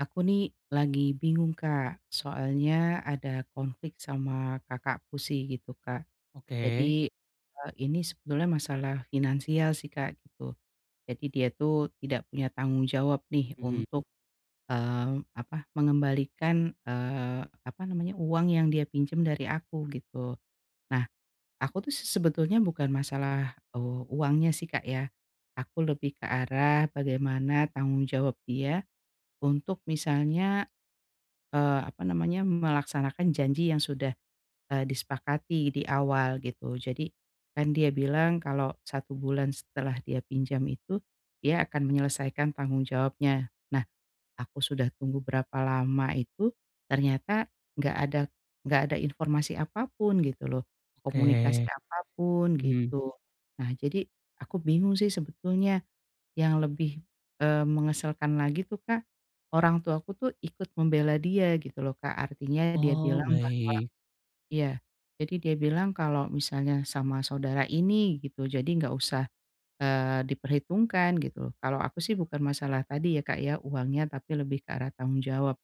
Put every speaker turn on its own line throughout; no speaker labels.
Aku nih lagi bingung Kak, soalnya ada konflik sama kakakku sih gitu Kak.
Oke.
Jadi ini sebetulnya masalah finansial sih Kak gitu. Jadi dia tuh tidak punya tanggung jawab nih
Mhm.
untuk eh, apa mengembalikan apa namanya uang yang dia pinjam dari aku gitu. Nah, aku tuh sebetulnya bukan masalah uangnya sih Kak ya. Aku lebih ke arah bagaimana tanggung jawab dia untuk misalnya apa namanya, melaksanakan janji yang sudah, disepakati di awal gitu. Jadi kan dia bilang kalau satu bulan setelah dia pinjam itu, dia akan menyelesaikan tanggung jawabnya. Nah, aku sudah tunggu berapa lama itu, ternyata nggak ada nggak ada informasi apapun gitu loh,
Oke.
komunikasi apapun
Mhm.
gitu. Nah, jadi aku bingung sih sebetulnya yang lebih, mengesalkan lagi tuh, Kak, orang tuaku tuh ikut membela dia gitu loh, Kak. Artinya dia
Oh,
bilang bahwa
baik.
ya, jadi dia bilang kalau misalnya sama saudara ini gitu, jadi nggak usah, diperhitungkan gitu loh. Kalau aku sih bukan masalah tadi ya, Kak, ya, uangnya, tapi lebih ke arah tanggung jawab.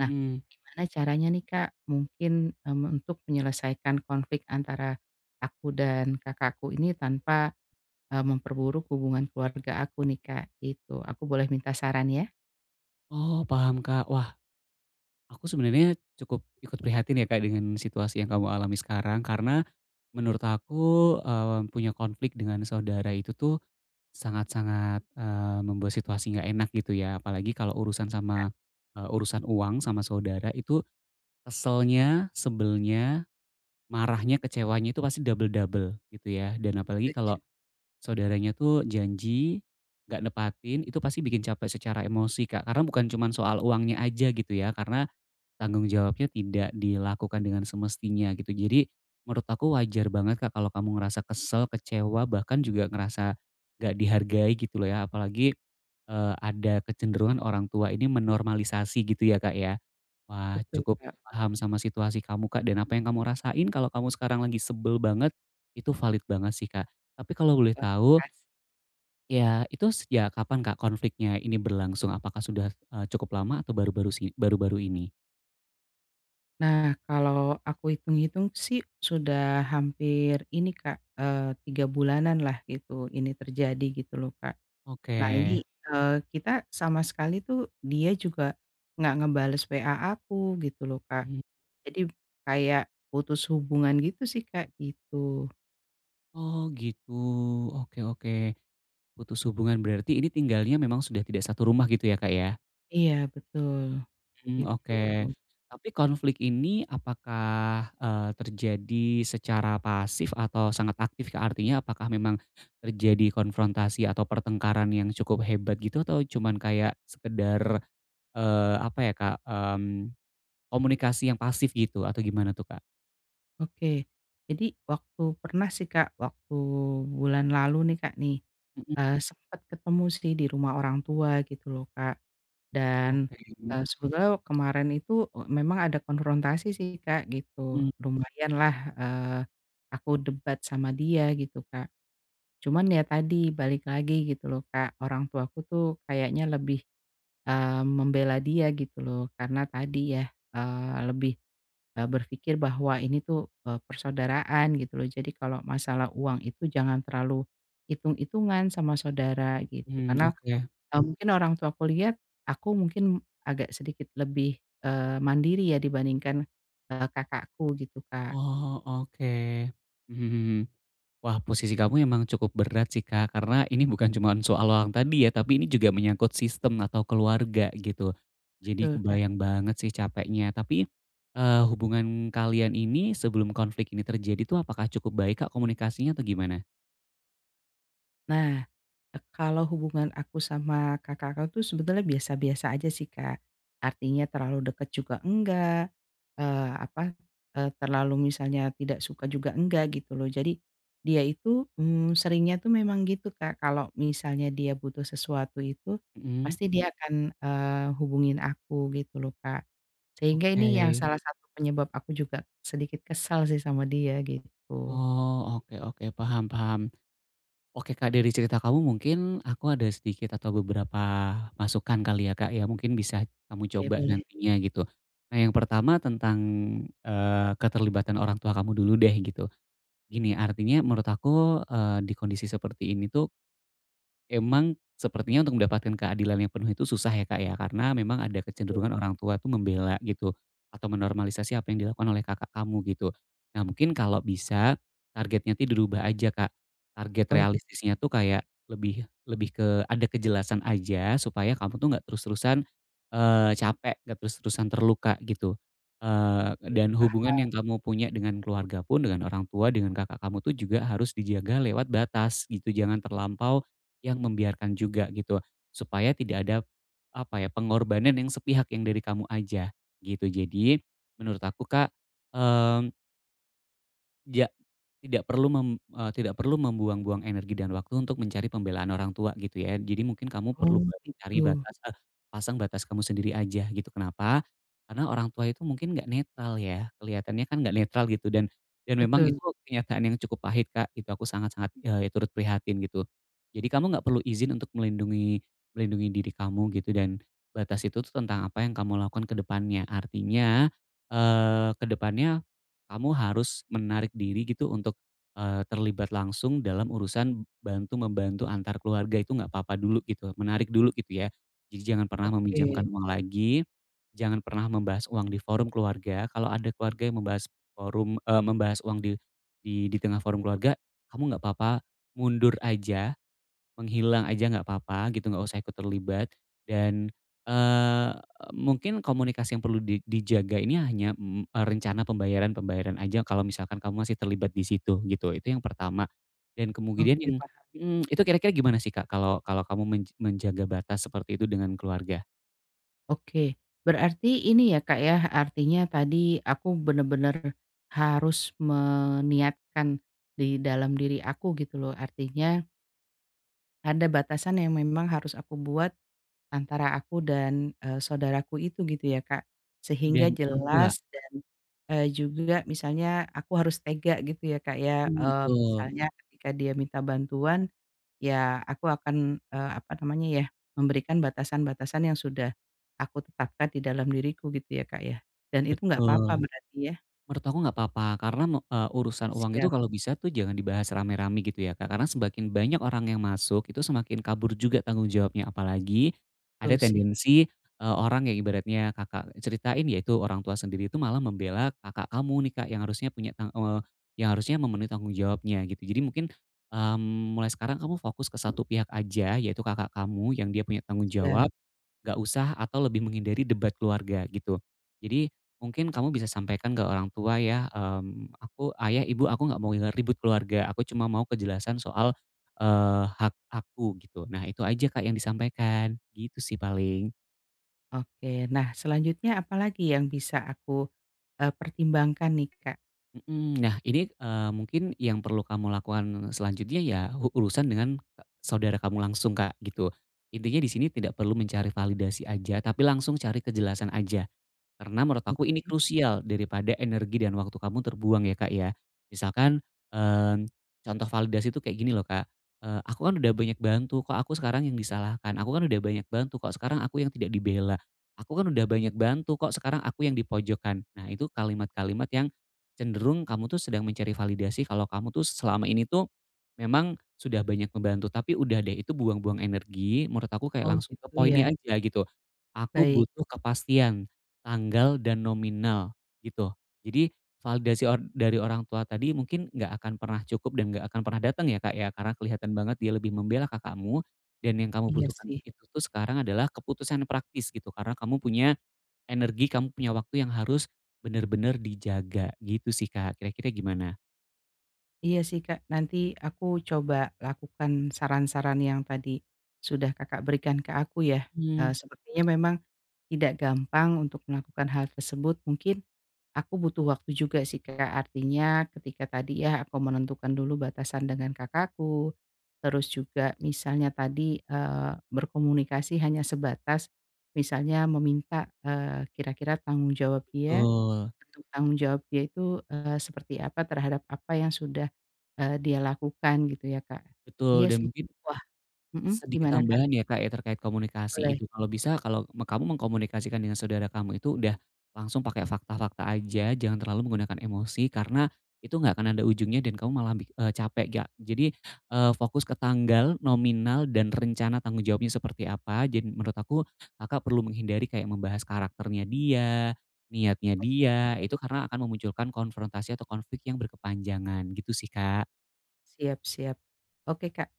Nah, gimana caranya nih, Kak, mungkin, untuk menyelesaikan konflik antara aku dan kakakku ini tanpa memperburuk hubungan keluarga aku nih, Kak, gitu. Aku boleh minta saran ya?
Oh, paham, Kak. Wah, aku sebenarnya cukup ikut prihatin ya, Kak, dengan situasi yang kamu alami sekarang karena menurut aku, punya konflik dengan saudara itu tuh sangat-sangat, membuat situasi nggak enak gitu ya. Apalagi kalau urusan sama, urusan uang sama saudara itu keselnya, sebelnya, marahnya, kecewanya itu pasti double-double gitu ya. Dan apalagi kalau
Setuju.
saudaranya tuh janji, nggak nepatin, itu pasti bikin capek secara emosi, Kak. Karena bukan cuman soal uangnya aja gitu ya, karena tanggung jawabnya tidak dilakukan dengan semestinya gitu. Jadi menurut aku wajar banget, Kak, kalau kamu ngerasa kesel, kecewa, bahkan juga ngerasa nggak dihargai gitu loh ya. Apalagi, ada kecenderungan orang tua ini menormalisasi gitu ya, Kak, ya. Wah,
Betul,
cukup
Kak.
paham sama situasi kamu, Kak, dan apa yang kamu rasain kalau kamu sekarang lagi sebel banget, itu valid banget sih, Kak. Tapi kalau boleh
Wah,
tahu,
makasih.
ya itu sejak kapan Kak konfliknya ini berlangsung? Apakah sudah, cukup lama atau baru-baru ini?
Nah, kalau aku hitung-hitung sih sudah hampir ini, Kak, 3 bulanan lah gitu ini terjadi gitu loh, Kak.
Oke.
Nah ini, kita sama sekali tuh dia juga nggak ngebales WA aku gitu loh, Kak.
Mmm,
Jadi kayak putus hubungan gitu sih, Kak, gitu.
oh gitu, oke oke, putus hubungan berarti ini tinggalnya memang sudah tidak satu rumah gitu ya Kak ya?
Iya betul,
Mmm,
gitu.
oke. Tapi konflik ini apakah, terjadi secara pasif atau sangat aktif Kak? Artinya apakah memang terjadi konfrontasi atau pertengkaran yang cukup hebat gitu atau cuman kayak sekedar, apa ya Kak, komunikasi yang pasif gitu atau gimana tuh, Kak?
Oke. Jadi waktu pernah sih Kak, waktu bulan lalu nih Kak nih,
Mhm,
sempet ketemu sih di rumah orang tua gitu loh Kak, dan,
oke,
sebetulnya kemarin itu, memang ada konfrontasi sih Kak gitu,
mhm
lumayanlah, aku debat sama dia gitu Kak. Cuman ya tadi balik lagi gitu loh Kak, orang tuaku tuh kayaknya lebih, eee, membela dia gitu loh karena tadi ya, eee, lebih berpikir bahwa ini tuh, persaudaraan gitu loh. Jadi kalau masalah uang itu jangan terlalu hitung-hitungan sama saudara gitu.
mhm,
Karena,
oke.
mungkin orang tua aku lihat, aku mungkin agak sedikit lebih, mandiri ya dibandingkan, kakakku gitu, Kak.
Oh, oke. Mhm mhm. Wah, posisi kamu emang cukup berat sih, Kak, karena ini bukan cuman soal orang tadi ya, tapi ini juga menyangkut sistem atau keluarga gitu. Jadi
Betul, Kak.
kebayang banget sih capeknya. Tapi, hubungan kalian ini sebelum konflik ini terjadi tuh apakah cukup baik, Kak, komunikasinya atau gimana?
Nah, kalau hubungan aku sama kakak aku tuh sebetulnya biasa-biasa aja sih, Kak. Artinya terlalu dekat juga enggak, eee, apa, terlalu misalnya tidak suka juga enggak gitu loh. Jadi dia itu, seringnya tuh memang gitu, Kak, kalau misalnya dia butuh sesuatu itu
Mhm,
pasti dia akan, hubungin aku gitu loh, Kak. Sehingga ini yang
oke.
salah satu penyebab aku juga sedikit kesal sih sama dia gitu.
Oh, oke oke, paham paham. Oke Kak, dari cerita kamu mungkin aku ada sedikit atau beberapa masukan kali ya Kak ya, mungkin bisa kamu
Oke,
coba
boleh.
nantinya gitu. Nah yang pertama tentang, keterlibatan orang tua kamu dulu deh gitu. Gini, artinya menurut aku, di kondisi seperti ini tuh emang sepertinya untuk mendapatkan keadilan yang penuh itu susah ya, Kak, ya? Karena memang ada kecenderungan orang tua tuh membela gitu, atau menormalisasi apa yang dilakukan oleh kakak kamu gitu. Nah mungkin kalau bisa targetnya tuh dirubah aja, Kak. Target
Oh, gitu,
realistisnya tuh kayak lebih lebih ke ada kejelasan aja supaya kamu tuh nggak terus-terusan, capek, nggak terus-terusan terluka gitu. Dan
Kak.
hubungan yang kamu punya dengan keluarga pun, dengan orang tua, dengan kakak kamu tuh juga harus dijaga lewat batas gitu. Jangan terlampau yang membiarkan juga gitu, supaya tidak ada, apa ya, pengorbanan yang sepihak yang dari kamu aja gitu. Jadi menurut aku Kak, mmm Ja tidak perlu mem eee, tidak perlu membuang-buang energi dan waktu untuk mencari pembelaan orang tua gitu ya. Jadi mungkin kamu perlu
Oh,
cari
gitu.
batas eh, pasang batas kamu sendiri aja gitu. Kenapa? Karena orang tua itu mungkin nggak netral ya, kelihatannya kan nggak netral gitu dan memang itu
Betul,
kenyataan yang cukup pahit, Kak, itu aku sangat-sangat, turut prihatin gitu. Jadi kamu nggak perlu izin untuk melindungi melindungi diri kamu gitu dan batas itu tuh tentang apa yang kamu lakukan ke depannya. Artinya, ke depannya kamu harus menarik diri gitu untuk, terlibat langsung dalam urusan bantu membantu antar keluarga itu nggak apa-apa dulu gitu, menarik dulu gitu ya. Jadi jangan pernah meminjamkan
oke,
uang lagi, jangan pernah membahas uang di forum keluarga. Kalau ada keluarga yang membahas membahas uang di di tengah forum keluarga, kamu nggak apa-apa, mundur aja, menghilang aja nggak apa-apa gitu, nggak usah ikut terlibat dan, eee, mungkin komunikasi yang perlu dijaga ini hanya, rencana pembayaran-pembayaran aja kalau misalkan kamu masih terlibat di situ gitu, itu yang pertama. Dan kemudian
oke
yang
paham,
mhm, Itu kira-kira gimana sih, Kak, kalau kalau kamu menjaga batas seperti itu dengan keluarga
oke. Berarti ini ya Kak ya, artinya tadi aku bener-bener harus meniatkan di dalam diri aku gitu loh, artinya ada batasan yang memang harus aku buat antara aku dan, saudaraku itu gitu ya Kak, sehingga
dan orang tua?
jelas dan, juga misalnya aku harus tega gitu ya Kak ya,
Mhm, betul,
misalnya ketika dia minta bantuan, ya aku akan, apa namanya ya, memberikan batasan-batasan yang sudah aku tetapkan di dalam diriku gitu ya, Kak, ya. Dan itu nggak apa-apa
betul.
berarti ya?
Menurut aku nggak apa-apa karena urusan uang itu. Mhm.
Siap,
Kalau bisa tuh jangan dibahas rame-rame gitu ya Kak, karena semakin banyak orang yang masuk itu semakin kabur juga tanggung jawabnya. Apalagi ada
betul sih,
tendensi, orang yang ibaratnya Kakak ceritain yaitu orang tua sendiri itu malah membela kakak kamu nih Kak, yang harusnya memenuhi tanggung jawabnya gitu. Jadi mungkin, mulai sekarang kamu fokus ke satu pihak aja yaitu kakak kamu yang dia punya tanggung
siap.
jawab, nggak usah atau lebih menghindari debat keluarga gitu. Jadi mungkin kamu bisa sampaikan ke orang tua ya, "Aku ayah, ibu aku nggak mau ribut keluarga, aku cuma mau kejelasan soal, hak aku," gitu. Nah itu aja Kak yang disampaikan, gitu sih paling.
Oke, nah selanjutnya apa lagi yang bisa aku, pertimbangkan nih, Kak?
Mhm, nah ini, mungkin yang perlu kamu lakukan selanjutnya ya urusan dengan saudara kamu langsung Kak gitu. Intinya di sini tidak perlu mencari validasi aja, tapi langsung cari kejelasan aja. Karena menurut aku ini krusial daripada energi dan waktu kamu terbuang ya, Kak, ya. Misalkan, mmm, contoh validasi itu kayak gini loh, Kak, "Aku kan udah banyak bantu, kok aku sekarang yang disalahkan? Aku kan udah banyak bantu, kok sekarang aku yang tidak dibela? Aku kan udah banyak bantu, kok sekarang aku yang dipojokkan?" Nah, itu kalimat-kalimat yang cenderung kamu tuh sedang mencari validasi kalau kamu tuh selama ini tuh memang sudah banyak membantu, tapi udah deh itu buang-buang energi, menurut aku kayak
Oh
langsung ke
gitu ya,
poinnya aja gitu. Aku
baik.
butuh kepastian. Tanggal dan nominal gitu. Jadi validasi dari orang tua tadi mungkin nggak akan pernah cukup dan nggak akan pernah datang ya, Kak, ya, karena kelihatan banget dia lebih membela kakakmu dan yang kamu
Iya
butuhkan
sih,
itu tuh sekarang adalah keputusan praktis gitu, karena kamu punya energi, kamu punya waktu yang harus benar-benar dijaga gitu sih, Kak, kira-kira gimana?
iya sih, Kak, nanti aku coba lakukan saran-saran yang tadi sudah Kakak berikan ke aku ya,
Mhm.
sepertinya memang tidak gampang untuk melakukan hal tersebut mungkin. Aku butuh waktu juga sih Kak, artinya ketika tadi ya aku menentukan dulu batasan dengan kakakku, terus juga misalnya tadi eh, berkomunikasi hanya sebatas misalnya meminta kira-kira tanggung jawab dia,
Betul
bentuk tanggung jawab dia itu seperti apa terhadap apa yang sudah dia lakukan gitu ya Kak.
betul
Iya
dan
sih,
mungkin
wah, mm-mm.
sedikit
Gimana Kak?
tambahan ya Kak ya terkait komunikasi
Boleh.
itu, kalau bisa kalau kamu mengkomunikasikan dengan saudara kamu itu udah langsung pakai fakta-fakta aja, jangan terlalu menggunakan emosi karena itu nggak akan ada ujungnya dan kamu malah capek ya. Jadi, fokus ke tanggal, nominal, dan rencana tanggung jawabnya seperti apa. Jadi menurut aku Kakak perlu menghindari kayak membahas karakternya dia, niatnya dia, itu karena akan memunculkan konfrontasi atau konflik yang berkepanjangan gitu sih Kak.
Siap, siap. Oke, Kak,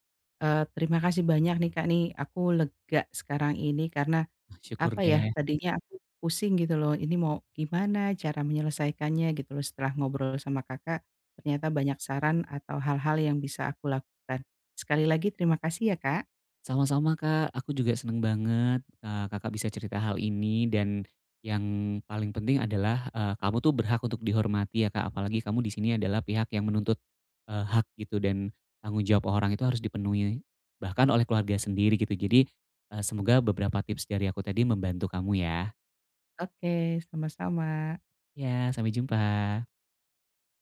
terima kasih banyak nih, Kak, nih aku lega sekarang ini karena
Syukur
apa ya,
deh.
tadinya aku pusing gitu loh, ini mau gimana cara menyelesaikannya gitu loh, setelah ngobrol sama Kakak, ternyata banyak saran atau hal-hal yang bisa aku lakukan. Sekali lagi terima kasih ya, Kak.
Sama-sama Kak, aku juga seneng banget, Kakak bisa cerita hal ini dan yang paling penting adalah, kamu tuh berhak untuk dihormati ya Kak, apalagi kamu di sini adalah pihak yang menuntut, hak gitu dan tanggung jawab orang itu harus dipenuhi, bahkan oleh keluarga sendiri gitu. Jadi, semoga beberapa tips dari aku tadi membantu kamu ya.
Oke, sama-sama.
Ya sampai jumpa.